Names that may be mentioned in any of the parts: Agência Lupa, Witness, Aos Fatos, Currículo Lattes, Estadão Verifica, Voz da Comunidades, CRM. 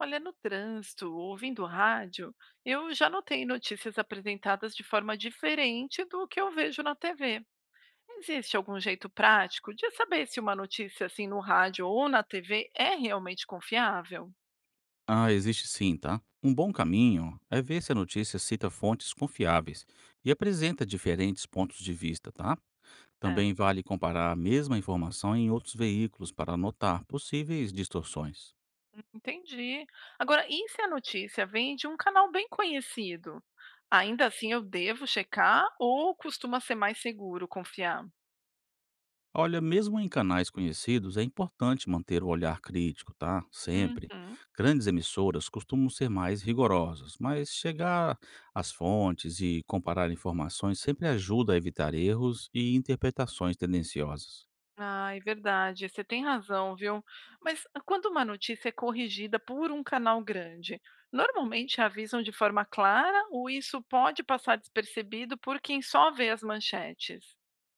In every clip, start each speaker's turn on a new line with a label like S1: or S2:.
S1: Olha, no trânsito, ouvindo rádio, eu já notei notícias apresentadas de forma diferente do que eu vejo na TV. Existe algum jeito prático de saber se uma notícia assim no rádio ou na TV é realmente confiável?
S2: Ah, existe sim, tá? Um bom caminho é ver se a notícia cita fontes confiáveis e apresenta diferentes pontos de vista, tá? Também
S1: Certo,
S2: vale comparar a mesma informação em outros veículos para notar possíveis distorções.
S1: entendi. Agora, e se a notícia vem de um canal bem conhecido? Ainda assim, eu devo checar ou costuma ser mais seguro confiar?
S2: Olha, mesmo em canais conhecidos, é importante manter o olhar crítico, tá? Sempre.
S1: Uhum.
S2: Grandes emissoras costumam ser mais rigorosas, mas chegar às fontes e comparar informações sempre ajuda a evitar erros e interpretações tendenciosas.
S1: Ai, verdade, você tem razão, viu. Mas quando uma notícia é corrigida por um canal grande, normalmente avisam de forma clara ou isso pode passar despercebido por quem só vê as manchetes?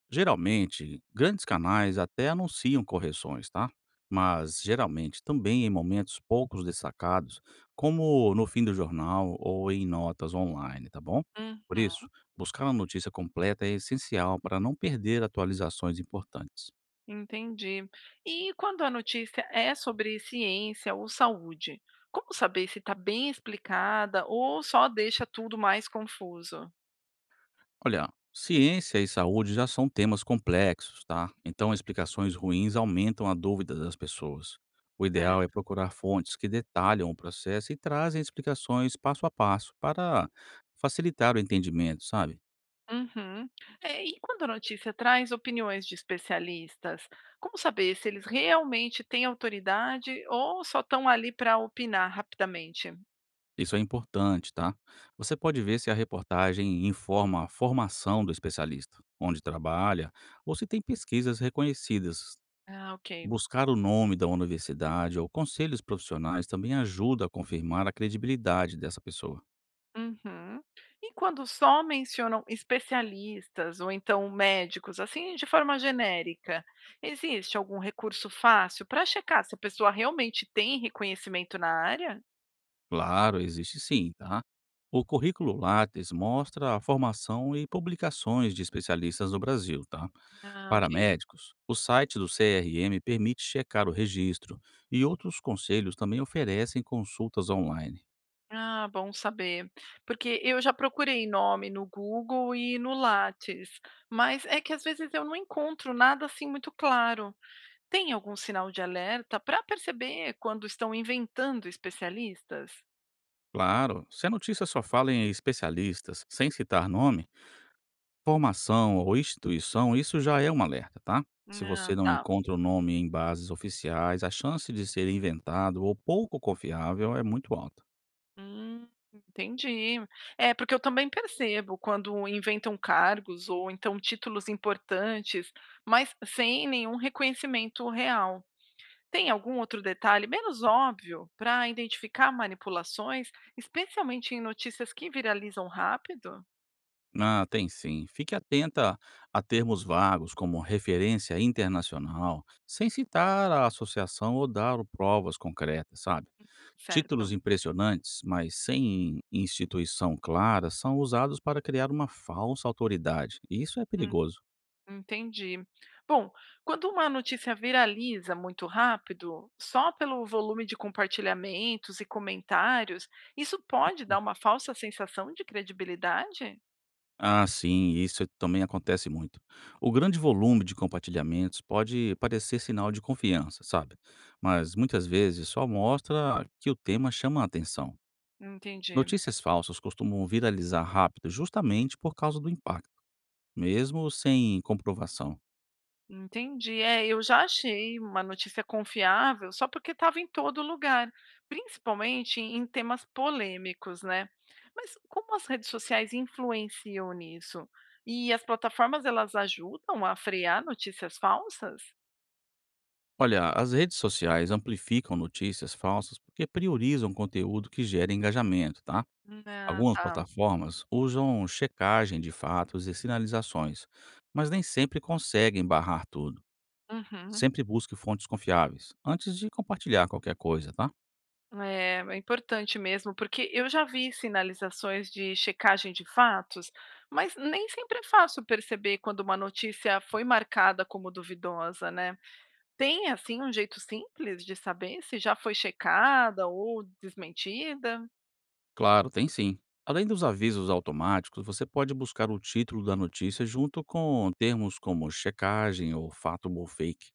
S2: Geralmente, grandes canais até anunciam correções, tá? Mas geralmente também em momentos poucos destacados, como no fim do jornal ou em notas online, tá bom? Por isso,
S1: Uhum,
S2: buscar a notícia completa é essencial para não perder atualizações importantes.
S1: entendi. E quando a notícia é sobre ciência ou saúde, como saber se está bem explicada ou só deixa tudo mais confuso?
S2: Olha, ciência e saúde já são temas complexos, tá? Então, explicações ruins aumentam a dúvida das pessoas. O ideal é
S1: Certo.
S2: procurar fontes que detalham o processo e trazem explicações passo a passo para facilitar o entendimento, sabe?
S1: Uhum. É, e quando a notícia traz opiniões de especialistas, como saber se eles realmente têm autoridade ou só estão ali para opinar rapidamente?
S2: Isso é importante, tá? Você pode ver se a reportagem informa a formação do especialista, onde trabalha, ou se tem pesquisas reconhecidas.
S1: Ah, ok.
S2: Buscar o nome da universidade ou conselhos profissionais também ajuda a confirmar a credibilidade dessa pessoa.
S1: Uhum. E quando só mencionam especialistas ou então médicos, assim de forma genérica, existe algum recurso fácil para checar se a pessoa realmente tem reconhecimento na área?
S2: Claro, existe sim, tá? O currículo Lattes mostra a formação e publicações de especialistas no Brasil, tá?
S1: Ah,
S2: Para
S1: ok.
S2: médicos, o site do CRM permite checar o registro e outros conselhos também oferecem consultas online.
S1: Ah, bom saber. Porque eu já procurei nome no Google e no Lattes, mas é que às vezes eu não encontro nada assim muito claro. Tem algum sinal de alerta para perceber quando estão inventando especialistas?
S2: Claro, se a notícia só fala em especialistas, sem citar nome, formação ou instituição, isso já é um alerta, tá? Se
S1: Ah,
S2: você não
S1: tá.
S2: encontra o nome em bases oficiais, a chance de ser inventado ou pouco confiável é muito alta.
S1: Hum, entendi. É, porque eu também percebo quando inventam cargos ou então títulos importantes, mas sem nenhum reconhecimento real. Tem algum outro detalhe menos óbvio para identificar manipulações, especialmente em notícias que viralizam rápido?
S2: Ah, tem sim. Fique atenta a termos vagos como referência internacional, sem citar a associação ou dar provas concretas, sabe?
S1: Certo.
S2: Títulos impressionantes, mas sem instituição clara, são usados para criar uma falsa autoridade, e isso é
S1: Hum,
S2: perigoso.
S1: entendi. Bom, quando uma notícia viraliza muito rápido, só pelo volume de compartilhamentos e comentários, isso pode dar uma falsa sensação de credibilidade?
S2: Ah, sim, isso também acontece muito. O grande volume de compartilhamentos pode parecer sinal de confiança, sabe? Mas muitas vezes só mostra que o tema chama a atenção.
S1: Entendi.
S2: Notícias falsas costumam viralizar rápido justamente por causa do impacto, mesmo sem comprovação.
S1: Entendi. É, eu já achei uma notícia confiável só porque estava em todo lugar, principalmente em temas polêmicos, né? Mas como as redes sociais influenciam nisso? E as plataformas elas ajudam a frear notícias falsas?
S2: Olha, as redes sociais amplificam notícias falsas porque priorizam conteúdo que gera engajamento, tá?
S1: Ah,
S2: Algumas
S1: tá.
S2: plataformas usam checagem de fatos e sinalizações, mas nem sempre conseguem barrar tudo.
S1: Uhum.
S2: Sempre busque fontes confiáveis antes de compartilhar qualquer coisa, tá?
S1: É, é importante mesmo, porque eu já vi sinalizações de checagem de fatos, mas nem sempre é fácil perceber quando uma notícia foi marcada como duvidosa, né? Tem, assim, um jeito simples de saber se já foi checada ou desmentida?
S2: Claro, tem sim. Além dos avisos automáticos, você pode buscar o título da notícia junto com termos como checagem ou fato ou fake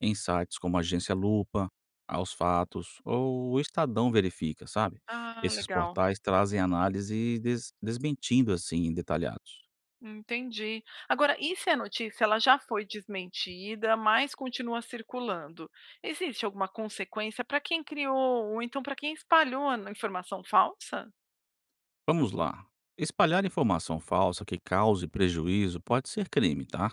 S2: em sites como Agência Lupa, Aos Fatos ou o Estadão Verifica, sabe?
S1: Ah,
S2: Esses
S1: legal.
S2: portais trazem análise desmentindo assim detalhados.
S1: Entendi. Agora, e se a notícia ela já foi desmentida, mas continua circulando? Existe alguma consequência para quem criou ou então para quem espalhou a informação falsa?
S2: Vamos lá. Espalhar informação falsa que cause prejuízo pode ser crime, tá?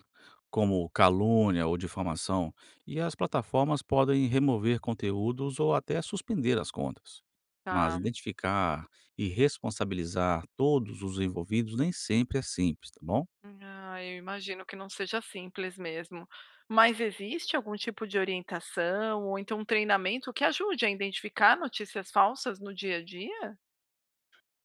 S2: Como calúnia ou difamação, e as plataformas podem remover conteúdos ou até suspender as contas. Mas
S1: Tá.
S2: identificar e responsabilizar todos os envolvidos nem sempre é simples, tá bom?
S1: Ah, eu imagino que não seja simples mesmo. Mas existe algum tipo de orientação ou então um treinamento que ajude a identificar notícias falsas no dia a dia?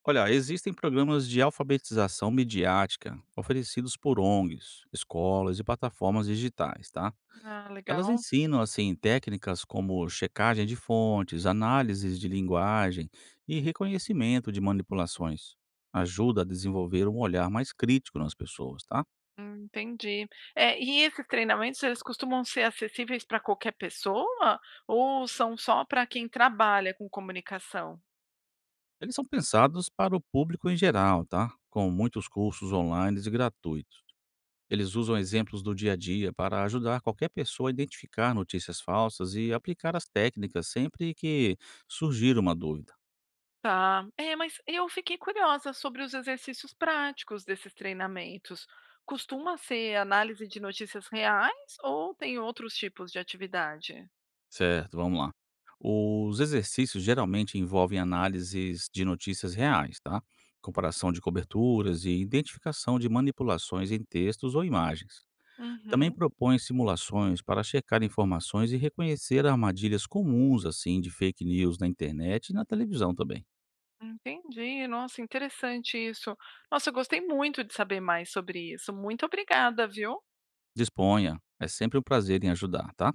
S2: Olha, existem programas de alfabetização midiática oferecidos por ONGs, escolas e plataformas digitais, tá?
S1: Ah,
S2: Elas
S1: legal.
S2: ensinam, assim, técnicas como checagem de fontes, análises de linguagem e reconhecimento de manipulações. Ajuda a desenvolver um olhar mais crítico nas pessoas, tá?
S1: Entendi. E esses treinamentos, eles costumam ser acessíveis para qualquer pessoa ou são só para quem trabalha com comunicação?
S2: Eles são pensados para o público em geral, tá? Com muitos cursos online e gratuitos. Eles usam exemplos do dia a dia para ajudar qualquer pessoa a identificar notícias falsas e aplicar as técnicas sempre que surgir uma dúvida.
S1: Tá. É, mas eu fiquei curiosa sobre os exercícios práticos desses treinamentos. Costuma ser análise de notícias reais ou tem outros tipos de atividade?
S2: Certo, vamos lá. Os exercícios geralmente envolvem análises de notícias reais, tá? Comparação de coberturas e identificação de manipulações em textos ou imagens. Também
S1: Uhum,
S2: propõe simulações para checar informações e reconhecer armadilhas comuns, assim, de fake news na internet e na televisão também.
S1: entendi. Nossa, interessante isso. Nossa, eu gostei muito de saber mais sobre isso. Muito obrigada, viu?
S2: Disponha, é sempre um prazer em ajudar, tá?